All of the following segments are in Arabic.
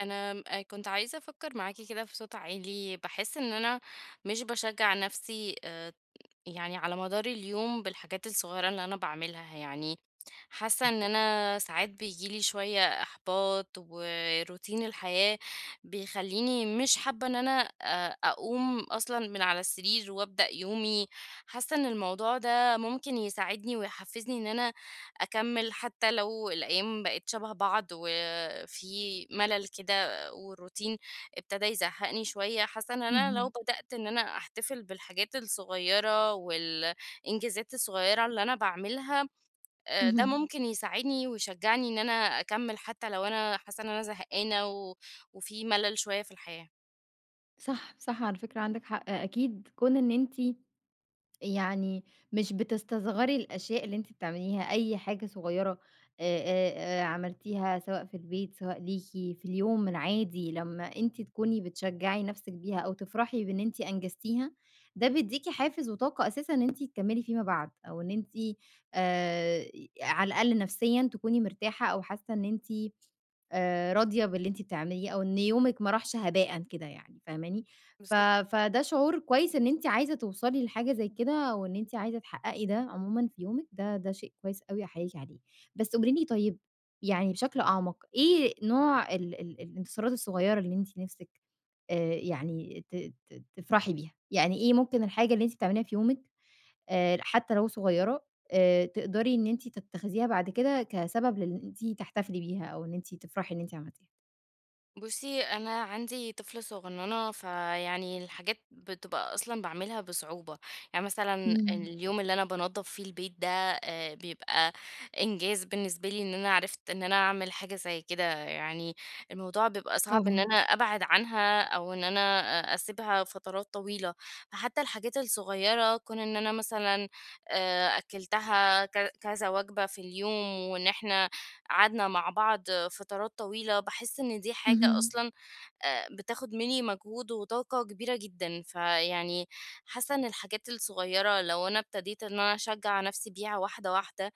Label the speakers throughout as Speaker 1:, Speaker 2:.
Speaker 1: انا م- آه كنت عايزه افكر معاكي كده في صوت عالي، بحس ان انا مش بشجع نفسي يعني على مدار اليوم بالحاجات الصغيره اللي انا بعملها. حاسه ان انا ساعات بيجيلي شويه احباط، وروتين الحياه بيخليني مش حابه ان انا اقوم اصلا من على السرير وابدا يومي. حاسه ان الموضوع ده ممكن يساعدني ويحفزني ان انا أكمّل حتى لو الأيام بقت شَبه بعض، وفي ملل كده والروتين ابتدى يزهّقني شوية. حاسة إن أنا لو
Speaker 2: اهم،
Speaker 1: بدأت إن أنا أحتفل بالحاجات الصغيّرة والإنجازات الصغيّرة اللي أنا باعملها، ده
Speaker 2: اهم،
Speaker 1: ممكن يساعدني ويشجّعني إن أنا أكمّل حتى لو أنا حاسة إن أنا زهقانة وفي ملل شوية في الحياة.
Speaker 2: صح، صح على فكرة عندِك حق، أكيد كون إن أنتِ يعني مش بتستصغري الأشياء اللي أنتِ بتعمليها، أي حاجة صغيرة عملتيها سواء في البيت، سواء ليكِ في اليوم العادي لمّا أنتِ تكوني بتشجعي نفسِك بيها أو تفرحي بإن أنتِ أنجزتيها، ده بيديكِ حافز وطاقة أساسًا إن أنتِ تكملي فيما بعد، أو إن أنتِ آآ على الأقل نفسيًا تكوني مرتاحة أو حاسة إن أنتِ راضية باللي أنتِ بتعمليه أو إن يومِك ما راحش هباءً كده يعني فاهماني؟
Speaker 1: بالض
Speaker 2: ف فده شعور كويس إن أنتِ عايزة توصلي لحاجة زي كده وإن أنتِ عايزة تحققي ده عمومًا في يومِك، ده شيء كويس أوي أحييكِ عليه. بس قولي لي طيب يعني بشكل أعمق، إيه نوع ال ال الانتصارات الصغيرة اللي أنتِ نِفْسِك يعني ت ت تفرحي بيها؟ يعني إيه ممكن الحاجة اللي أنتِ بتعمليها في يومِك حتى لو صغيرة تقدري إن أنتِ تتخذيها بعد كده كسبب لإن أنتِ تحتفلي بيها أو إن أنتِ تفرحي إن أنتِ عملتيها.
Speaker 1: بُصّي، أنا عندي طفلة صغنّنة، فيعني الحاجات بتبقى أصلًا باعملها بصعوبة. يعني مثلًا، إمم.
Speaker 2: إمم،
Speaker 1: اليوم اللي أنا بانضّف فيه البيت ده بيبقى إنجاز بالنسبة لي إن أنا عرفت إن أنا أعمل حاجة زي كده. يعني الموضوع بيبقى صعب إن
Speaker 2: طبعًا،
Speaker 1: أنا أبعد عنها، أو إن أنا أسيبها فترات طويلة. فحتى الحاجات الصغيّرة، كون إن أنا مثلًا أكّلتها كذا وجبة في اليوم، وإن إحنا قعدنا مع بعض فترات طويلة، باحس إن دي حاجة
Speaker 2: اهم،
Speaker 1: أصلًا بتاخد منّي مجهود وطاقة كبيرة جدًا. فيعني حاسة إن الحاجات الصغيّرة لو أنا ابتديت إن أنا أشجّع نَفْسي بيها واحدة واحدة،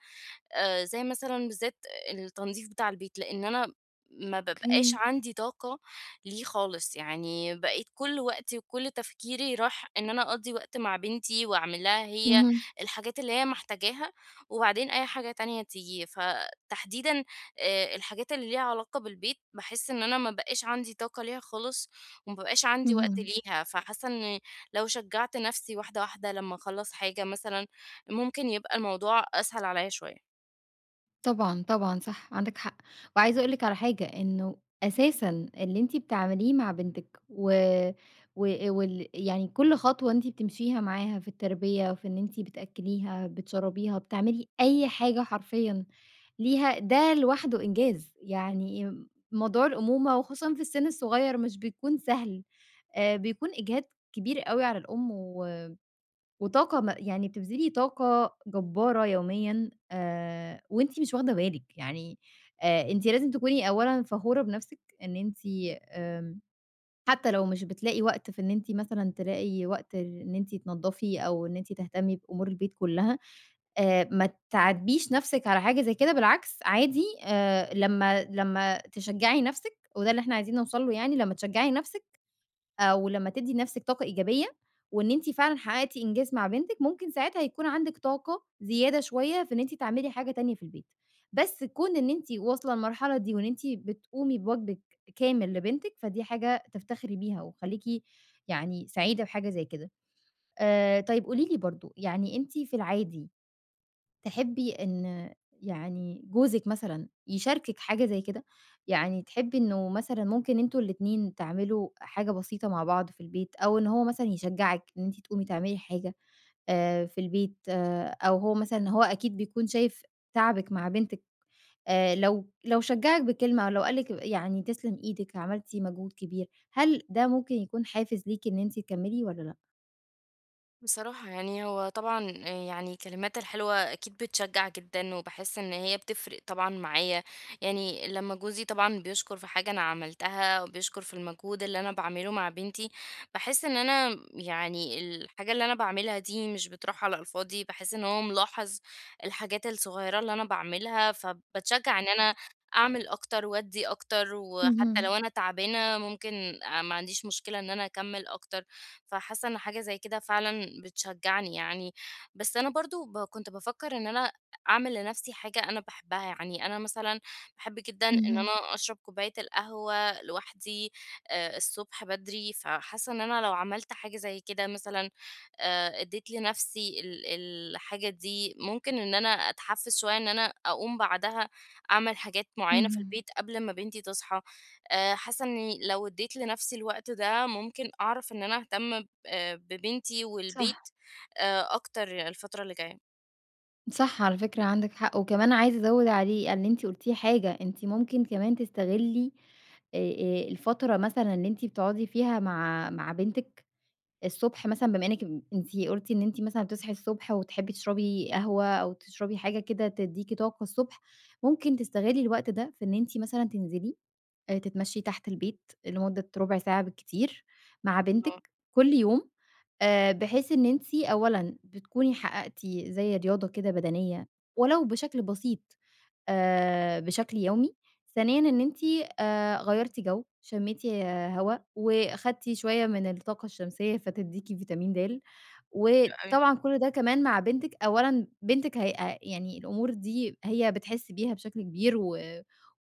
Speaker 1: زي مثلًا بالذات التنضيف بتاع البيت، لإن أنا ما بابقاش
Speaker 2: أوكي،
Speaker 1: عندي طاقة ليه خالص. يعني بقيت كل وقتي وكل تفكيري راح إن أنا أقضّي وقت مع بنتي، وأعمل لها هي
Speaker 2: اهم،
Speaker 1: الحاجات اللي هي محتاجاها، وبعدين أي حاجة تانية تيجي. فتحديدًا الحاجات اللي ليها علاقة بالبيت، باحس إن أنا ما بقاش عندي طاقة ليها خالص، وما بقاش عندي وقت
Speaker 2: اهم،
Speaker 1: ليها. فحاسة إن لو شجّعت نفسي واحدة واحدة لمّا أخلّص حاجة مثلًا، ممكن يبقى الموضوع أسهل عليّا شوية.
Speaker 2: طبعًا، طبعًا صح، عندِك حق، وعايزة أقول لِك على حاجة، إنه أساسًا اللي أنتِ بتعمليه مع بنتِك و يعني كل خطوة أنتِ بتمشيها معاها في التربية، في إن أنتِ بتأكليها، بتشربيها، بتعملي أي حاجة حرفيًا ليها ده لوحده إنجاز، يعني موضوع الأمومة وخصوصًا في السن الصغير مش بيكون سهل، بيكون إجهاد كبير أوي على الأم وطاقة يعني بتبذلي طاقة جبارة يوميًا وأنتِ مش واخدة بالِك، يعني أنتِ لازم تكوني أولًا فخورة بنفسِك إن أنتِ آمم حتى لو مش بتلاقي وقت في إن أنتِ مثلًا تلاقي وقت إن أنتِ تنضّفي أو إن أنتِ تهتمي بأمور البيت كلها، ما تعاتبيش نَفْسِك على حاجة زي كده، بالعكس عادي لمّا تشجّعي نَفْسِك وده اللي إحنا عايزين نوصل له يعني، لمّا تشجّعي نَفْسِك أو لمّا تدّي لنَفْسِك طاقة إيجابية وإن أنتِ فعلًا حققتِ إنجاز مع بنتِك، ممكن ساعتها يكون عندِك طاقة زيادة شوية في إن أنتِ تعملي حاجة تانية في البيت. بس كون إن أنتِ واصلة للمرحلة دي وإن أنتِ بتقومي بواجبِك كامل لبنتِك، فدي حاجة تفتخري بيها وخلّيكِ يعني سعيدة بحاجة زي كده. طيب قولي لي برضه، يعني أنتِ في العادي تحبي إن يعني جوزِك مثلًا يشاركِك حاجة زي كده؟ يعني تحبي إنه مثلًا ممكن أنتم الاتنين تعملوا حاجة بسيطة مع بعض في البيت، أو إن هو مثلًا يشجّعِك إن أنتِ تقومي تعملي حاجة في البيت، آه، أو هو مثلًا هو أكيد بيكون شايف تعبِك مع بنتِك، لو شجّعِك بكلمة أو لو قال لِك يعني تسلم إيدِك عملتِ مجهود كبير، هل ده ممكن يكون حافز ليكِ إن أنتِ تكمّلي والّا لأ؟
Speaker 1: بصراحة يعني هو طبعًا يعني كلماتها الحلوة أكيد بتشجّع جدًا، وباحس إن هي بتفرق طبعًا معايا. يعني لمّا جوزي طبعًا بيشكر في حاجة أنا عملتها، وبيشكر في المجهود اللي أنا باعمله مع بنتي، باحس إن أنا يعني الحاجة اللي أنا باعملها دي مش بتروح على الفاضي، باحس إن هو ملاحظ الحاجات الصغيرة اللي أنا باعملها، فباتشجّع إن أنا أعمل أكتر وأدّي أكتر،
Speaker 2: اهم،
Speaker 1: وحتى لو أنا تعبانة ممكن ما عنديش مشكلة إن أنا أكمّل أكتر. فحاسة إن حاجة زي كده فعلًا بتشجعني يعني. بس أنا برضه كنت بافكر إن أنا أعمل لنفسي حاجة أنا باحبها. يعني أنا مثلًا باحب جدًا إن
Speaker 2: اهم،
Speaker 1: أنا أشرب كوباية القهوة لوحدي الصبح بدري. فحاسة إن أنا لو عملت حاجة زي كده مثلًا، اديت لنفسي الحاجة دي، ممكن إن أنا أتحفز شوية إن أنا أقوم بعدها أعمل حاجات معينة في
Speaker 2: اهم،
Speaker 1: البيت قبل ما بنتي تصحى. حاسة إني لو اديت لنفسي الوقت ده ممكن أعرف إن أنا أهتم ب ببنتي والبيت
Speaker 2: صح.
Speaker 1: أكتر الفترة اللي جاية.
Speaker 2: صح على فكرة عندِك حق، وكمان عايزة أزوّد عليه على اللي أنتِ قُلتيه حاجة، أنتِ ممكن كمان تستغلّي الفترة مثلًا اللي أنتِ بتقعدي فيها مع بنتِك الصبح مثلًا بما إنِّك أنتِ قُلتِ إن أنتِ مثلًا بتصحي الصبح وتحبّي تشربي قهوة أو تشربي حاجة كده تدّيكِ طاقة الصبح، ممكن تستغلّي الوقت ده في إن أنتِ مثلًا تنزلي تتمشّي تحت البيت لمدة ربع ساعة بالكتير مع بنتِك كل يوم، بحيث إن أنتِ أولًا بتكوني حققتِ زي رياضة كده بدنية ولو بشكل بسيط بشكل يومي، ثانيًا إن أنتِ غيّرتِ جو، شمّيتِ هوا وخدتِ شوية من الطاقة الشمسية فتدّيكِ فيتامين د.
Speaker 1: آه.
Speaker 2: وطبعًا كل ده كمان مع بنتِك، أولًا بنتِك هي يعني الأمور دي هي بتحس بيها بشكل كبير و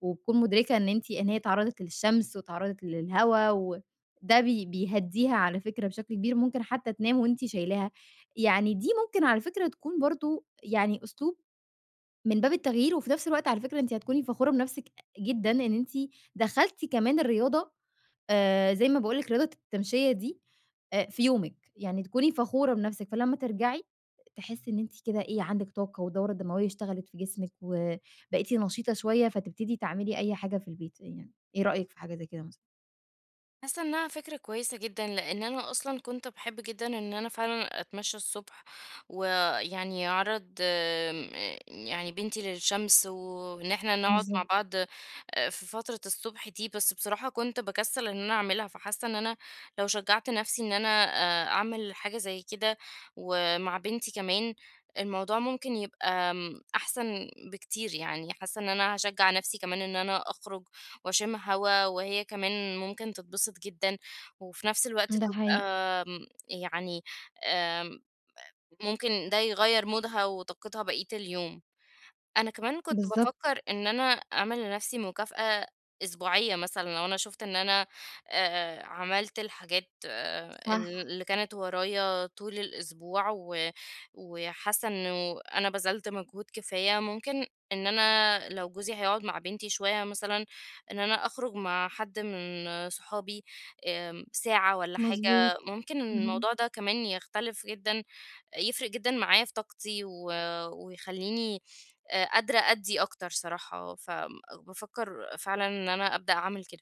Speaker 2: وبتكون مُدركة إن أنتِ إن هي اتعرّضت للشمس واتعرّضت للهوا وده بيهدّيها على فكرة بشكل كبير، ممكن حتى تنام وأنتِ شايلاها. يعني دي ممكن على فكرة تكون برضه يعني أسلوب من باب التغيير وفي نفس الوقت على فكرة أنتِ هتكوني فخورة بنفسِك جدًا إن أنتِ دخّلتِ كمان الرياضة زي ما باقول لِك رياضة التمشية دي في يومِك، يعني تكوني فخورة بنفسِك، فلمّا ترجعي تحسّي إن أنتِ كده إيه، عندِك طاقة والدورة الدموية اشتغلت في جسمِك وبقيتِ نشيطة شوية، فتبتدي تعملي أي حاجة في البيت، يعني إيه رأيِك في حاجة زي كده مثلًا؟
Speaker 1: حاسة انها فكرة كويسة جدا، لان انا اصلا كنت بحب جدا ان انا فعلا اتمشى الصبح، ويعني اعرض آم، آه، يعني بنتي للشمس، وان احنا نقعد مع
Speaker 2: بالضبط،
Speaker 1: بعض في فترة الصبح دي. بس بصراحة كنت بكسل ان انا اعملها. فحاسة ان انا لو شجعت نفسي ان انا اعمل حاجة زي كده ومع بنتي كمان، الموضوع ممكن يبقى احسن بكتير. يعني حاسة ان انا هشجع نفسي كمان ان انا اخرج وأشم هوا، وهي كمان ممكن تتبسط جدًا، وفي نفس الوقت
Speaker 2: ده
Speaker 1: تبقى
Speaker 2: حقيقي،
Speaker 1: يعني آمم، ممكن ده يغيّر مودها وطاقتها بقية اليوم. أنا كمان كنت
Speaker 2: بالضبط،
Speaker 1: بافكّر إن أنا أعمل لنفسي مكافأة أسبوعية مثلًا، لو أنا شُفت إن أنا عملت الحاجات
Speaker 2: صح،
Speaker 1: اللي كانت ورايا طول الأسبوع، و وحاسة إنه أنا بذلت مجهود كفاية، ممكن إن أنا لو جوزي هيقعد مع بنتي شوية مثلًا، إن أنا أخرج مع حد من صحابي آمم ساعة والّا
Speaker 2: مضبوط،
Speaker 1: حاجة، ممكن
Speaker 2: اهم.
Speaker 1: الموضوع ده كمان يختلف جدًا، يفرق جدًا معايا في طاقتي، و ويخلّيني قادرة أدّي أكتر صراحة. فبافكّر فعلًا إن أنا أبدأ أعمل كده.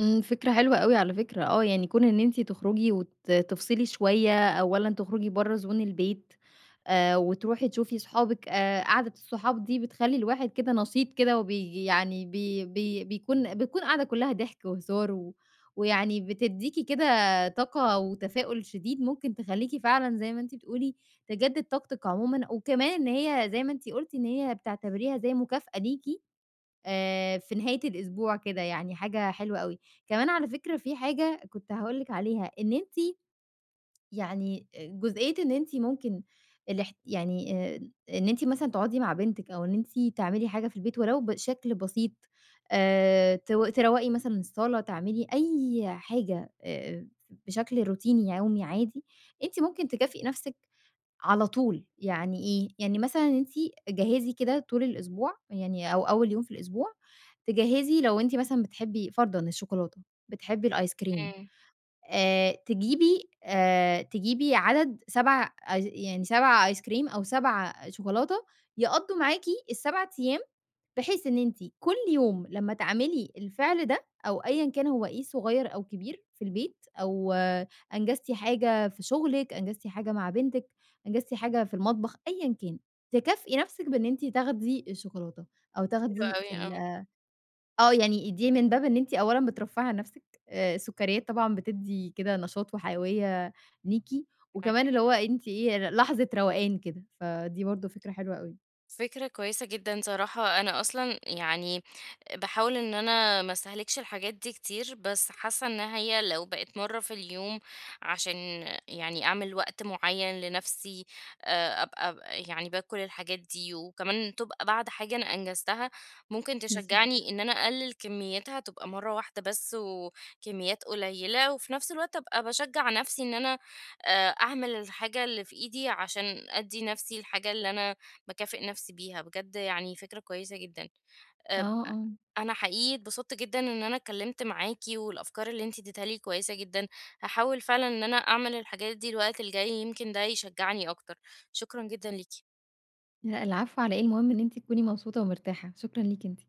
Speaker 2: فكرة حلوة أوي على فكرة، آه، يعني كون إن أنتِ تخرجي تفصلي شوية، أولًا تخرجي برّه زون البيت وتروحي تشوفي صحابِك قعدة الصحاب دي بتخلّي الواحد كده نشيط كده وبي يعني بي بي بيكون بتكون قاعدة كلّها ضحك وهزار ويعني بتدّيكِ كده طاقة وتفاؤل شديد ممكن تخلّيكِ فعلًا زي ما أنتِ بتقولي تجدد طاقتِك عمومًا، وكمان إن هي زي ما أنتِ قُلتِ إن هي بتعتبريها زي مكافأة ليكِ في نهاية الأسبوع كده، يعني حاجة حلوة أوي. كمان على فكرة في حاجة كنت هاقول لِك عليها، إن أنتِ يعني جزئية إن أنتِ ممكن يعني إن أنتِ مثلًا تقعدي مع بنتِك أو إن أنتِ تعملي حاجة في البيت ولو بشكل بسيط، تروّقي مثلًا الصالة، تعملي أي حاجة بشكل روتيني يومي عادي، أنتِ ممكن تكافئي نَفْسِك على طول، يعني إيه، يعني مثلًا أنتِ جهّزي كده طول الأسبوع يعني أو أول يوم في الأسبوع، تجهّزي لو أنتِ مثلًا بتحبي فرضًا الشوكولاتة، بتحبي الآيس كريم
Speaker 1: إمم،
Speaker 2: تجيبي عدد 7 أيس يعني 7 آيس كريم أو 7 شوكولاتة يقضّوا معاكِ ال7 أيام، بحيث إن أنتِ كل يوم لمّا تعملي الفعل ده أو أيًا كان هو إيه صغير أو كبير في البيت أو أنجزتِ حاجة في شغلِك، أنجزتِ حاجة مع بنتِك، أنجزتِ حاجة في المطبخ، أيًا كان، تكافئي نفسِك بإن أنتِ تاخدي الشوكولاتة أو
Speaker 1: حلو
Speaker 2: تاخدي
Speaker 1: أوي، آه،
Speaker 2: ال آه، يعني دي من باب إن أنتِ أولًا بترفّهي عن نَفْسِك، السُكّريات طبعًا بتدّي كده نشاط وحيوية ليكِ، وكمان
Speaker 1: معاك.
Speaker 2: اللي هو أنتِ إيه، لحظة روقان كده، فدي برضه فكرة حلوة أوي.
Speaker 1: فكرة كويسة جدًا صراحة. أنا أصلًا يعني باحاول إن أنا ما أستهلكش الحاجات دي كتير، بس حاسة إن هي لو بقت مرّة في اليوم عشان يعني أعمل وقت معيّن لنفسي، أبقى يعني باكل الحاجات دي، وكمان تبقى بعد حاجة أنا أنجزتها، ممكن
Speaker 2: بالضبط.
Speaker 1: تشجعني إن أنا أقلل كميتها تبقى مرّة واحدة بس وكميات قليلة، وفي نفس الوقت أبقى باشجع نفسي إن أنا أعمل الحاجة اللي في إيدي عشان أدّي نفسي الحاجة اللي أنا باكافئ نفسي بيها. بجد يعني فكرة كويسة جدًا.
Speaker 2: آه،
Speaker 1: آآ،
Speaker 2: آه.
Speaker 1: أنا حقيقي اتبسطت جدًا إن أنا اتكلمت معاكِ، والأفكار اللي أنتِ اديتيها لي كويسة جدًا. هاحاول فعلًا إن أنا أعمل الحاجات دي الوقت الجاي، يمكن ده يشجعني أكتر. شكرًا جدًا ليكِ.
Speaker 2: لأ العفو على إيه، المهم إن أنتِ تكوني مبسوطة ومرتاحة. شكرًا ليكِ أنتِ.